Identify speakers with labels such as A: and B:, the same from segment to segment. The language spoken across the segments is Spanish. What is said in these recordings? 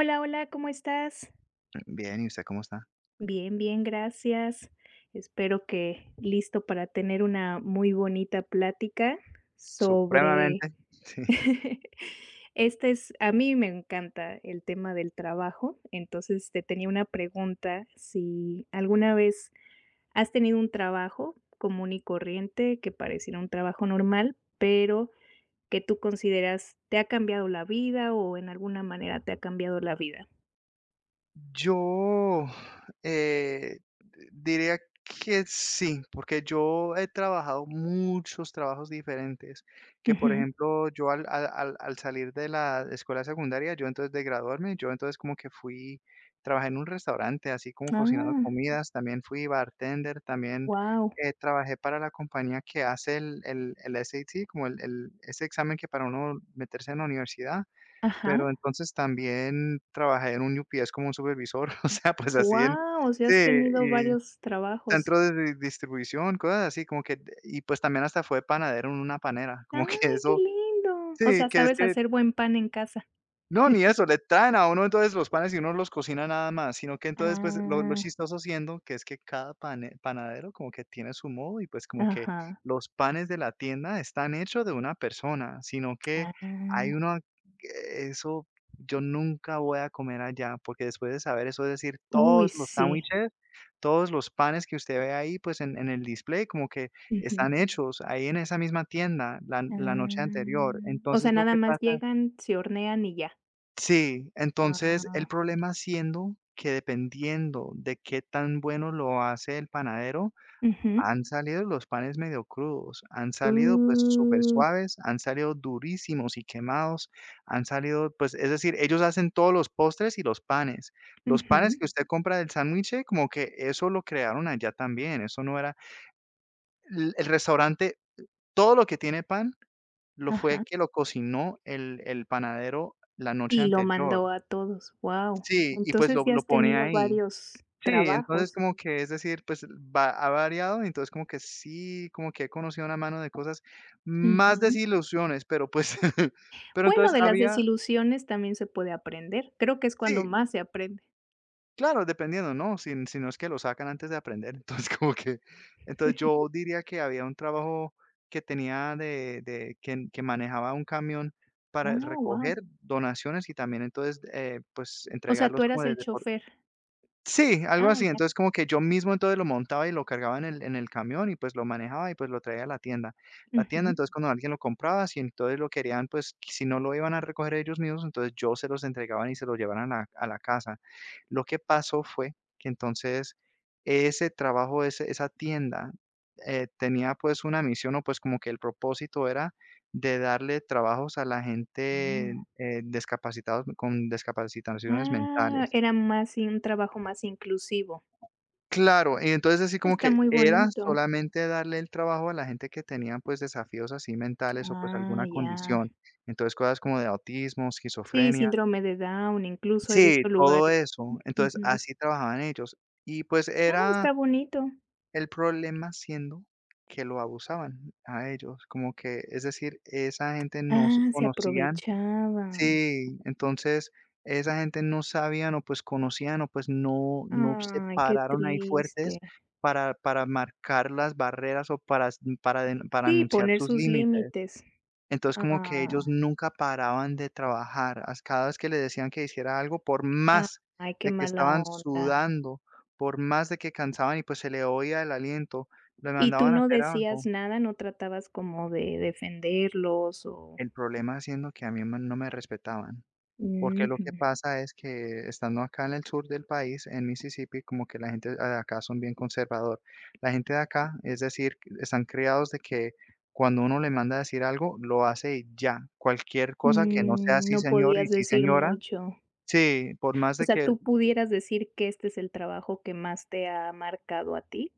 A: Hola, hola, ¿cómo estás?
B: Bien, ¿y usted cómo está?
A: Bien, gracias. Espero que listo para tener una muy bonita plática sobre
B: Supremamente. Sí.
A: Este es, a mí me encanta el tema del trabajo, entonces te tenía una pregunta, si alguna vez has tenido un trabajo común y corriente que pareciera un trabajo normal, pero que tú consideras te ha cambiado la vida o en alguna manera te ha cambiado la vida.
B: Yo, eh, diría que sí, porque yo he trabajado muchos trabajos diferentes, que, por
A: Ujú.
B: ejemplo, yo al salir de la escuela secundaria, yo entonces de graduarme, yo entonces como que fui trabajé en un restaurante, así como cocinando
A: Ah.
B: comidas, también fui bartender, también,
A: Wow.
B: trabajé para la compañía que hace el SAT, como el ese examen que para uno meterse en la universidad. Pero
A: Ajá.
B: entonces también trabajé en un UPS como un supervisor, o sea, pues así en
A: Wow, o sea,
B: sí,
A: has tenido
B: y
A: varios trabajos.
B: centro de di distribución, cosas así, como que y pues también hasta fue panadero en una panera, como
A: Ay,
B: que
A: qué
B: eso
A: lindo. O
B: sí,
A: sea,
B: que es
A: sabes
B: que
A: hacer buen pan en casa.
B: no, ni eso, le traen a uno entonces los panes y uno los cocina nada más, sino que entonces, pues, lo
A: Ah,
B: chistoso siendo que es que cada pane panadero como que tiene su modo y, pues, como que
A: ajá.
B: los panes de la tienda están hechos de una persona, sino que hay
A: Ah.
B: uno eso yo nunca voy a comer allá, porque después de saber eso, es decir,
A: Uy,
B: todos los
A: sí.
B: sándwiches, todos los panes que usted ve ahí, pues, en el display, como que
A: Ujú.
B: están hechos ahí en esa misma tienda la noche anterior.
A: Ah. O
B: Entonces,
A: sea,
B: lo
A: nada
B: que
A: más
B: pasa
A: llegan, se hornean y ya.
B: sí, entonces el
A: Ah.
B: problema siendo que dependiendo de qué tan bueno lo hace el panadero,
A: Ujú.
B: han salido los panes medio crudos, han salido pues súper
A: Uh,
B: suaves, han salido durísimos y quemados, han salido pues, es decir, ellos hacen todos los postres y los panes. Los
A: ujú.
B: panes que usted compra del sándwiche, como que eso lo crearon allá también, eso no era el restaurante, todo lo que tiene pan, lo fue
A: Ajá.
B: que lo cocinó el panadero la noche
A: Y lo
B: anterior.
A: mandó a todos. Wow.
B: Sí, y pues
A: Entonces
B: lo
A: ya
B: lo
A: has
B: pone
A: tenido
B: ahí.
A: varios
B: Sí, entonces
A: trabajos.
B: como que, es decir, pues va ha variado, entonces como que sí, como que he conocido una mano de cosas, más
A: Ujú.
B: desilusiones, pero pues pero
A: Bueno,
B: entonces
A: de las
B: había
A: desilusiones también se puede aprender. Creo que es cuando
B: sí,
A: más se aprende.
B: claro, dependiendo, ¿no? Si no es que lo sacan antes de aprender, entonces como que entonces yo diría que había un trabajo que tenía de que manejaba un camión para
A: Ah,
B: recoger
A: wow.
B: donaciones y también entonces, pues
A: O sea, tú
B: entregarlos como
A: eras el
B: desde
A: chofer.
B: sí, algo
A: Ah,
B: así.
A: ya.
B: Entonces, como que yo mismo entonces lo montaba y lo cargaba en el camión y, pues, lo manejaba y, pues, lo traía a la tienda. La tienda,
A: Ujú.
B: entonces, cuando alguien lo compraba, si entonces lo querían, pues, si no lo iban a recoger ellos mismos, entonces yo se los entregaba y se los llevaban a la casa. Lo que pasó fue que entonces ese trabajo, ese esa tienda, tenía, pues, una misión o, pues, como que el propósito era de darle trabajos a la gente,
A: Ah.
B: discapacitados con discapacitaciones
A: Ah,
B: mentales.
A: era más un trabajo más inclusivo.
B: Claro, y entonces así como
A: Está
B: que
A: muy
B: era
A: bonito.
B: solamente darle el trabajo a la gente que tenían, pues, desafíos así mentales o, pues,
A: Ah,
B: alguna
A: ya.
B: condición. Entonces, cosas como de autismo,
A: Sí,
B: esquizofrenia.
A: síndrome de Down, incluso he
B: Sí,
A: visto
B: todo
A: lugares.
B: eso. Entonces,
A: Ujú.
B: así trabajaban ellos. Y, pues,
A: Ah,
B: era
A: está bonito.
B: el problema siendo que lo abusaban a ellos, como que, es decir, esa gente no se
A: Ah, se
B: conocían
A: aprovechaban.
B: sí, entonces esa gente no sabían o pues conocían o pues no se
A: Ay, qué
B: pararon ahí
A: triste.
B: fuertes para marcar las barreras o para s para den para
A: Sí,
B: anunciar
A: poner
B: sus
A: sus
B: límites.
A: límites.
B: Entonces, como que ellos
A: Ah.
B: nunca paraban de trabajar, as cada vez que le decían que hiciera algo, por
A: Ah,
B: más
A: ay, qué
B: de que
A: mala
B: estaban
A: onda.
B: sudando, por más de que cansaban y pues se le oía el aliento, le
A: ¿Y tú
B: mandaban a
A: no
B: hacer
A: decías
B: algo.
A: nada? ¿No tratabas como de defenderlos o?
B: El problema siendo que a mí me no me respetaban. Porque lo
A: Ujú.
B: que pasa es que estando acá en el sur del país, en Mississippi, como que la gente de acá son bien conservador. La gente de acá, es decir, están criados de que cuando uno le manda a decir algo, lo hace y ya. Cualquier cosa que no sea
A: Mm,
B: sí,
A: no
B: señor y
A: podías
B: sí,
A: decir
B: señora.
A: mucho.
B: Sí, por más
A: O
B: de
A: sea,
B: que
A: ¿tú pudieras decir que este es el trabajo que más te ha marcado a ti,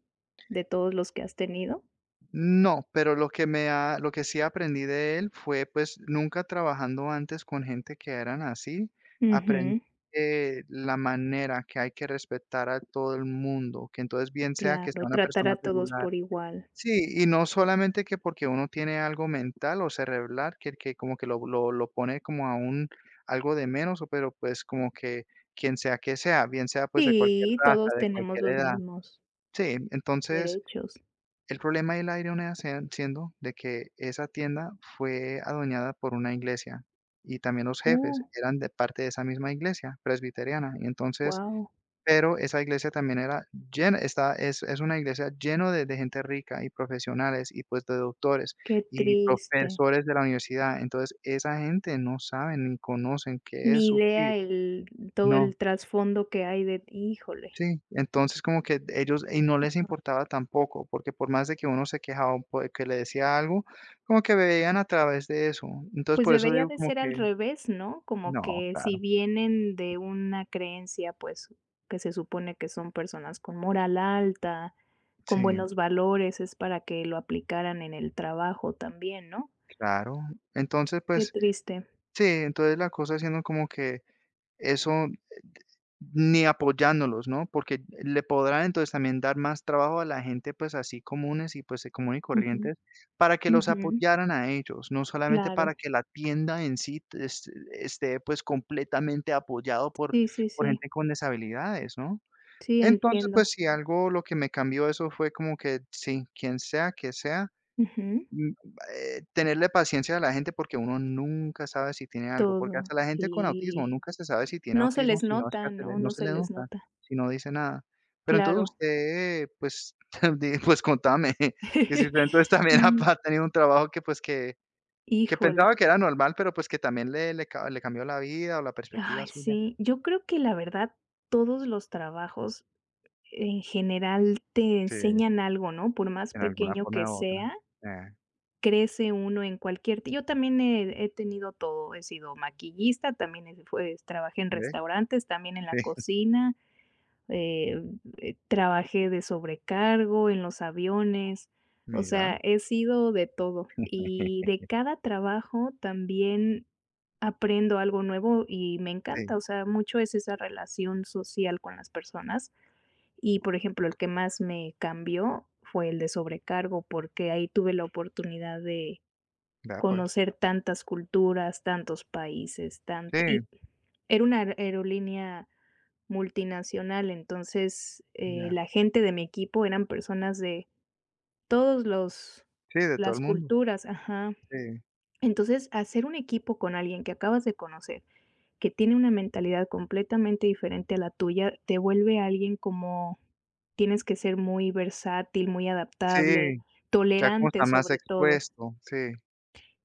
A: de todos los que has tenido?
B: no, pero lo que me ha, lo que sí aprendí de él fue, pues, nunca trabajando antes con gente que eran así, aprendí
A: Ujú,
B: la manera que hay que respetar a todo el mundo, que entonces bien sea que sea
A: claro,
B: una
A: tratar
B: persona
A: a todos
B: regular.
A: por igual.
B: Sí, y no solamente que porque uno tiene algo mental o cerebral, que, como que lo pone como a un algo de menos, o pero pues como que quien sea que sea, bien sea pues de cualquier
A: Sí,
B: raza,
A: todos
B: de
A: tenemos
B: cualquier
A: los
B: edad.
A: mismos
B: Sí, entonces
A: derechos.
B: el problema del aire sean siendo de que esa tienda fue adueñada por una iglesia y también los jefes
A: Uh,
B: eran de parte de esa misma iglesia presbiteriana. Y entonces,
A: wow,
B: pero esa iglesia también era llena, está, es una iglesia lleno de gente rica y profesionales y pues de doctores
A: qué
B: y
A: triste.
B: profesores de la universidad. Entonces, esa gente no sabe ni conocen qué es
A: Ni
B: sufrir.
A: idea el todo
B: No.
A: el trasfondo que hay de híjole,
B: Sí, entonces como que ellos y no les importaba tampoco, porque por más de que uno se quejaba, un que le decía algo, como que veían a través de eso. Entonces
A: pues
B: por eso
A: debería
B: digo
A: de
B: como
A: ser al
B: que,
A: revés, ¿no? Como
B: no,
A: que si
B: claro,
A: vienen de una creencia, pues, que se supone que son personas con moral alta, con
B: sí,
A: buenos valores, es para que lo aplicaran en el trabajo también, ¿no?
B: claro. Entonces
A: Qué
B: pues
A: triste.
B: sí, entonces la cosa siendo como que eso, ni apoyándolos, ¿no? Porque le podrán entonces también dar más trabajo a la gente, pues así comunes y pues de común y
A: Ujú,
B: corrientes, para que los
A: ujú,
B: apoyaran a ellos, no solamente
A: claro.
B: para que la tienda en sí te- es esté pues completamente apoyado por
A: Sí, sí, sí.
B: gente con deshabilidades, ¿no?
A: Sí,
B: Entonces, pues
A: entiendo.
B: si algo lo que me cambió eso fue como que sí, quien sea que sea
A: Ujú,
B: mm, tenerle paciencia a la gente porque uno nunca sabe si tiene algo, porque
A: todo,
B: hasta la gente con autismo
A: sí.
B: nunca se sabe si tiene
A: No se
B: autismo,
A: les
B: si no es que
A: nota,
B: se le no
A: no
B: se
A: se
B: le
A: les
B: nota,
A: nota.
B: si no dice nada. Pero entonces
A: Claro.
B: usted, pues, di pues contame, que si usted entonces también ha
A: Mm,
B: pa tenido un trabajo que, pues, que
A: híjole.
B: pensaba que era normal, pero, pues, que también le cambió la vida o la perspectiva
A: Ay,
B: suya.
A: sí. Yo creo que la verdad, todos los trabajos en general te
B: Sí,
A: enseñan algo, ¿no? Por más
B: en alguna
A: pequeño que
B: forma u otra.
A: sea,
B: Ah,
A: crece uno en cualquier yo también he tenido todo, he sido maquillista, también he fue trabajé en
B: ¿ve?
A: restaurantes, también en
B: Sí,
A: la cocina, eh, trabajé de sobrecargo, en los aviones, o
B: mira.
A: sea, he sido de todo. Y de cada trabajo también aprendo algo nuevo y me
B: Sí,
A: encanta, o sea, mucho es esa relación social con las personas. Y, por ejemplo, el que más me cambió fue el de sobrecargo, porque ahí tuve la oportunidad de
B: vea pues.
A: conocer tantas culturas, tantos países, tant
B: Sí,
A: y era una aerolínea multinacional, entonces,
B: ya.
A: la gente de mi equipo eran personas de todos los
B: Sí, de todo el
A: las
B: mundo.
A: culturas ajá.
B: Sí.
A: Entonces, hacer un equipo con alguien que acabas de conocer que tiene una mentalidad completamente diferente a la tuya, te vuelve alguien como tienes que ser muy versátil, muy
B: Sí,
A: adaptable,
B: ya como está
A: tolerante
B: más
A: sobre todo.
B: expuesto, sí,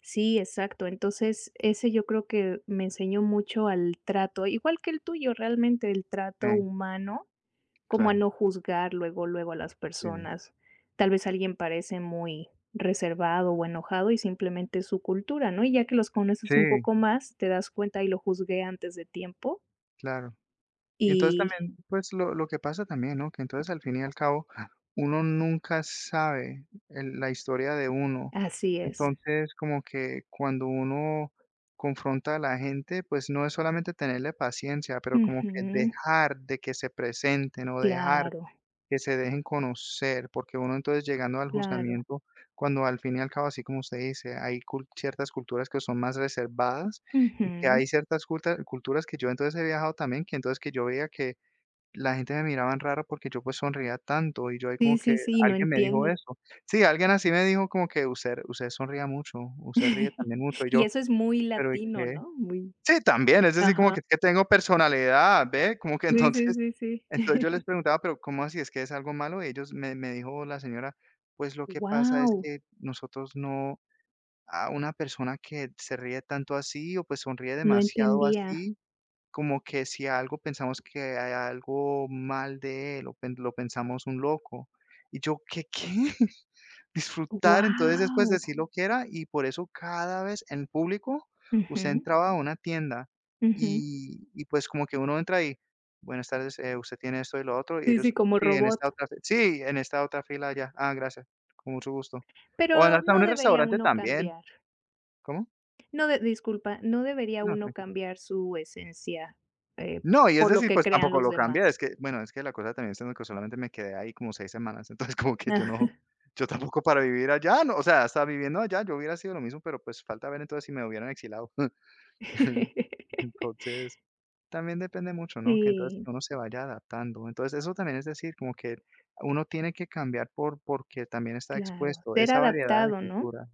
A: Sí, exacto. Entonces, ese yo creo que me enseñó mucho al trato, igual que el tuyo, realmente el trato
B: sí,
A: humano, como a
B: claro,
A: no juzgar luego, luego a las
B: sí,
A: personas. Tal vez alguien parece muy reservado o enojado y simplemente es su cultura, ¿no? Y ya que los conoces un
B: sí,
A: poco más, te das cuenta y lo juzgué antes de tiempo
B: claro. Y entonces
A: y
B: también, pues, lo que pasa también, ¿no? Que entonces al fin y al cabo, uno nunca sabe el la historia de uno.
A: así es.
B: Entonces, como que cuando uno confronta a la gente, pues, no es solamente tenerle paciencia, pero como que
A: Ujú.
B: dejar de que se presenten, o dejar
A: Claro,
B: que se dejen conocer, porque uno entonces llegando al
A: claro.
B: juzgamiento, cuando al fin y al cabo, así como usted dice, hay ciertas culturas que son más reservadas y que
A: Ujú.
B: hay ciertas culturas que yo entonces he viajado también, que entonces que yo veía que la gente me miraban raro porque yo pues sonreía tanto y yo ahí como
A: Sí,
B: que
A: sí, sí, no
B: alguien me dijo
A: entienden.
B: eso. Sí, alguien así me dijo como que usted sonría mucho, usted ríe también mucho y
A: Y
B: yo,
A: eso es muy
B: pero ¿y
A: latino,
B: qué?
A: ¿no? Muy
B: Sí, también, es decir, como
A: ajá.
B: que tengo personalidad, ¿ve? Como que
A: Sí,
B: entonces
A: sí, sí, sí.
B: entonces yo les preguntaba: "Pero, ¿cómo así? ¿Es que es algo malo?". Y ellos me dijo la señora: "Pues lo que pasa es
A: Wow.
B: que nosotros no a una persona que se ríe tanto así, o pues sonríe
A: No
B: demasiado
A: entendía.
B: así, como que si algo pensamos que hay algo mal de él, o pen lo pensamos un loco". Y yo: "¿Qué, qué?". Disfrutar, entonces después
A: Wow.
B: decir lo que era, y por eso cada vez en público usted entraba a una tienda y, pues, como que uno entra y: "Buenas tardes, usted tiene esto y lo otro", y
A: Sí,
B: ellos:
A: sí, como
B: "Sí, en esta
A: robot.
B: otra fi sí, en esta otra fila ya Ah, gracias, con mucho gusto". O
A: Pero
B: hasta
A: no
B: un
A: debería
B: restaurante
A: uno
B: también.
A: cambiar.
B: ¿Cómo?
A: No de disculpa, no debería
B: No,
A: uno
B: tranquila.
A: cambiar su esencia, eh,
B: No, y es
A: por lo
B: decir,
A: que
B: pues
A: crean
B: tampoco
A: los
B: lo cambié,
A: demás.
B: es que, bueno, es que la cosa también es en que solamente me quedé ahí como 6 semanas, entonces como que yo no
A: Ah.
B: yo tampoco para vivir allá, no, o sea, hasta viviendo allá yo hubiera sido lo mismo, pero pues falta ver entonces si me hubieran exilado. Entonces también depende mucho, ¿no? Que entonces
A: Sí,
B: uno se vaya adaptando. Entonces, eso también es decir, como que uno tiene que cambiar porque también está
A: claro,
B: expuesto
A: ser
B: esa variedad de
A: adaptado, ¿no?
B: cultura.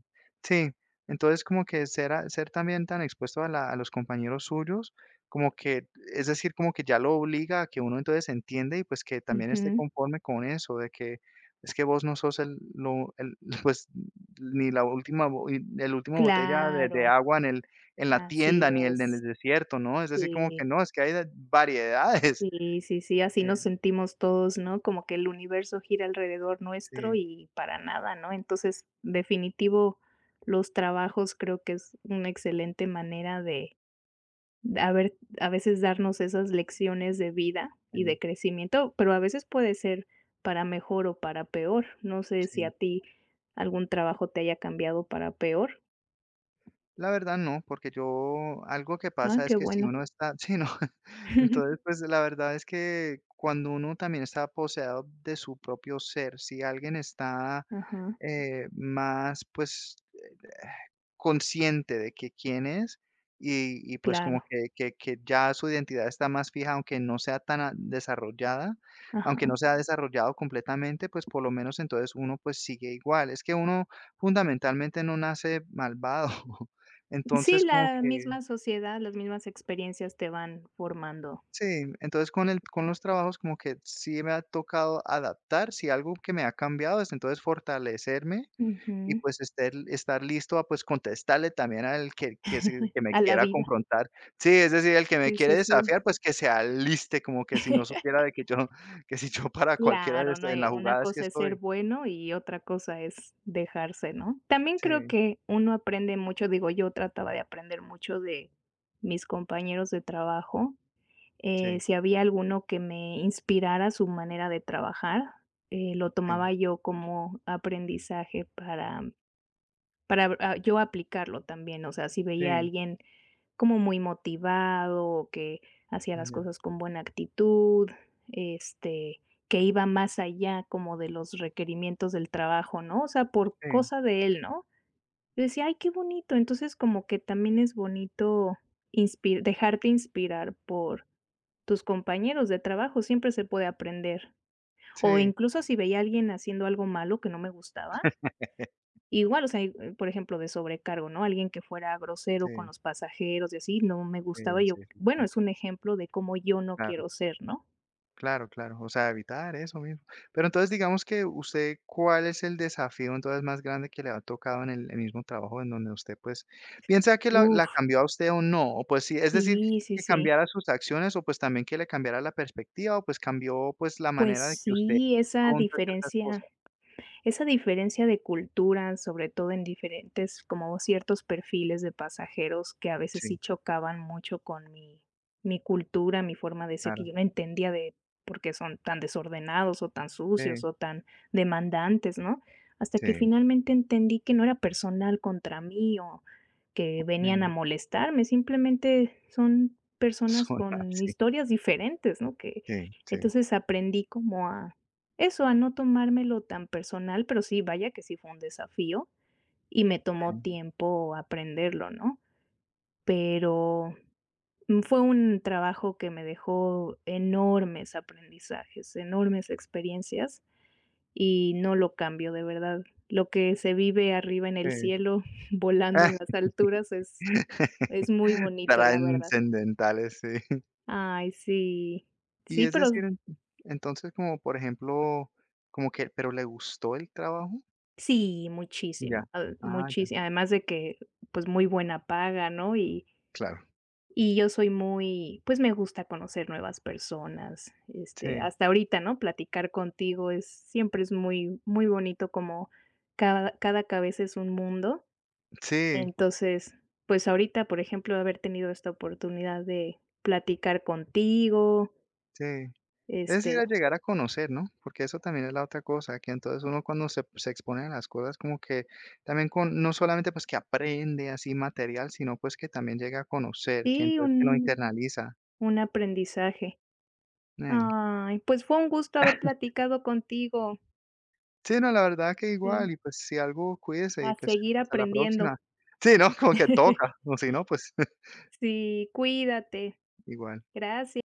B: Sí, entonces como que ser también tan expuesto a a los compañeros suyos, como que, es decir, como que ya lo obliga a que uno entonces entiende y pues que también esté
A: Ujú,
B: conforme con eso, de que es que vos no sos el pues ni la última, el último botella de
A: claro,
B: agua en el en la
A: así
B: tienda ni el del
A: es.
B: desierto, ¿no? Es decir, como que
A: Sí,
B: no, es que hay de variedades.
A: sí, sí, sí, así nos
B: Eh,
A: sentimos todos, ¿no? Como que el universo gira alrededor nuestro
B: sí,
A: y para nada, ¿no? Entonces, definitivo, los trabajos creo que es una excelente manera de a ver, a veces darnos esas lecciones de vida y de
B: sí,
A: crecimiento, pero a veces puede ser para mejor o para peor. No sé si
B: sí.
A: a ti algún trabajo te haya cambiado para peor.
B: La verdad no, porque yo algo que
A: Ah,
B: pasa es
A: qué
B: que si
A: bueno.
B: uno está sí, no. Entonces, pues, la verdad es que cuando uno también está poseado de su propio ser, si alguien está,
A: Ajá,
B: más, pues consciente de que quién es y pues como
A: claro,
B: que ya su identidad está más fija, aunque no sea tan a desarrollada,
A: ajá.
B: aunque no sea desarrollado completamente, pues por lo menos entonces uno pues sigue igual. Es que uno fundamentalmente no nace malvado.
A: Sí,
B: Entonces como
A: la
B: que
A: misma sociedad, las mismas experiencias te van formando.
B: sí, entonces con el con los trabajos como que sí me ha tocado adaptar, si algo que me ha cambiado es entonces fortalecerme y,
A: Ujú,
B: pues, estar listo a, pues, contestarle también al que se que me
A: a la
B: quiera
A: vida.
B: confrontar. Sí, es decir, el que me
A: Sí,
B: quiere
A: sí, sí.
B: desafiar, pues, que se aliste, como que si no supiera de que yo que si yo para cualquiera de
A: Claro, no,
B: estas en las
A: una
B: jugadas que
A: cosa es ser
B: estoy.
A: bueno y otra cosa es dejarse, ¿no? También creo
B: Sí,
A: que uno aprende mucho, digo, yo trataba de aprender mucho de mis compañeros de trabajo.
B: sí,
A: Si había alguno que me inspirara su manera de trabajar, lo
B: sí,
A: tomaba yo como aprendizaje para yo aplicarlo también. O sea, si veía a
B: sí,
A: alguien como muy motivado, o que hacía las
B: mm,
A: cosas con buena actitud, este, que iba más allá como de los requerimientos del trabajo, ¿no? O sea, por
B: sí,
A: cosa de él, ¿no? Yo decía: "Ay, qué bonito". Entonces, como que también es bonito inspi dejarte inspirar por tus compañeros de trabajo, siempre se puede aprender. O
B: sí,
A: incluso si veía a alguien haciendo algo malo que no me gustaba,
B: sí,
A: igual, o sea, y, por ejemplo, de sobrecargo, ¿no? Alguien que fuera grosero con
B: sí,
A: los pasajeros y así, no me
B: sí,
A: gustaba. Yo,
B: sí,
A: bueno,
B: sí.
A: es un ejemplo de cómo yo no quiero ser, ¿no?
B: Claro, claro, o sea, evitar eso mismo. Pero entonces, digamos que usted, ¿cuál es el desafío entonces más grande que le ha tocado en el mismo trabajo en donde usted, pues, piensa que la
A: Uf,
B: cambió a usted o no? O pues sí, es decir,
A: sí, sí,
B: que cambiara
A: sí.
B: sus acciones o pues también que le cambiara la perspectiva o pues cambió pues la
A: Pues
B: manera de que usted
A: sí, esa
B: afronta ciertas
A: diferencia
B: cosas.
A: esa diferencia de cultura, sobre todo en diferentes, como ciertos perfiles de pasajeros que a veces sí
B: Sí,
A: chocaban mucho con mi, mi cultura, mi forma de ser, que
B: claro,
A: yo no entendía de por qué son tan desordenados o tan
B: sí,
A: sucios o tan demandantes, ¿no? Hasta que
B: sí,
A: finalmente entendí que no era personal contra mí o que venían a
B: mm,
A: molestarme, simplemente son personas
B: son
A: con
B: así,
A: historias diferentes, ¿no? Que
B: sí, sí,
A: entonces aprendí como a eso, a no tomármelo tan personal, pero sí, vaya que sí fue un desafío y me tomó
B: mm,
A: tiempo aprenderlo, ¿no? Pero, mm, fue un trabajo que me dejó enormes aprendizajes, enormes experiencias y no lo cambio, de verdad. Lo que se vive arriba en el
B: sí.
A: cielo, volando en las alturas es muy bonito, la verdad.
B: Trascendentales, sí.
A: Ay, sí.
B: Y
A: Sí,
B: es
A: pero
B: decir, en entonces, como por ejemplo, como que ¿pero le gustó el trabajo?
A: Sí,
B: Ya.
A: muchísimo,
B: Ah, ya.
A: muchísimo. Además de que, pues, muy buena paga, ¿no?
B: Claro.
A: Y yo soy muy pues, me gusta conocer nuevas personas, este,
B: Sí,
A: hasta ahorita, ¿no? Platicar contigo es siempre es muy muy bonito como cada cabeza es un mundo.
B: sí,
A: Entonces, pues, ahorita, por ejemplo, haber tenido esta oportunidad de platicar contigo,
B: sí. Es decir,
A: este,
B: a llegar a conocer, ¿no? Porque eso también es la otra cosa, que entonces uno cuando se expone a las cosas como que también con no solamente, pues, que aprende así material, sino, pues, que también llega a conocer, que
A: sí,
B: entonces que lo internaliza.
A: un aprendizaje.
B: Ey.
A: Ay, pues, fue un gusto haber platicado contigo.
B: Sí, no, la verdad que
A: Sí,
B: igual y, pues, si algo cuídese y,
A: a
B: pues,
A: seguir
B: hasta la próxima.
A: aprendiendo.
B: Sí, ¿no? Como que toca, o si no, pues,
A: Sí, cuídate.
B: igual.
A: Gracias.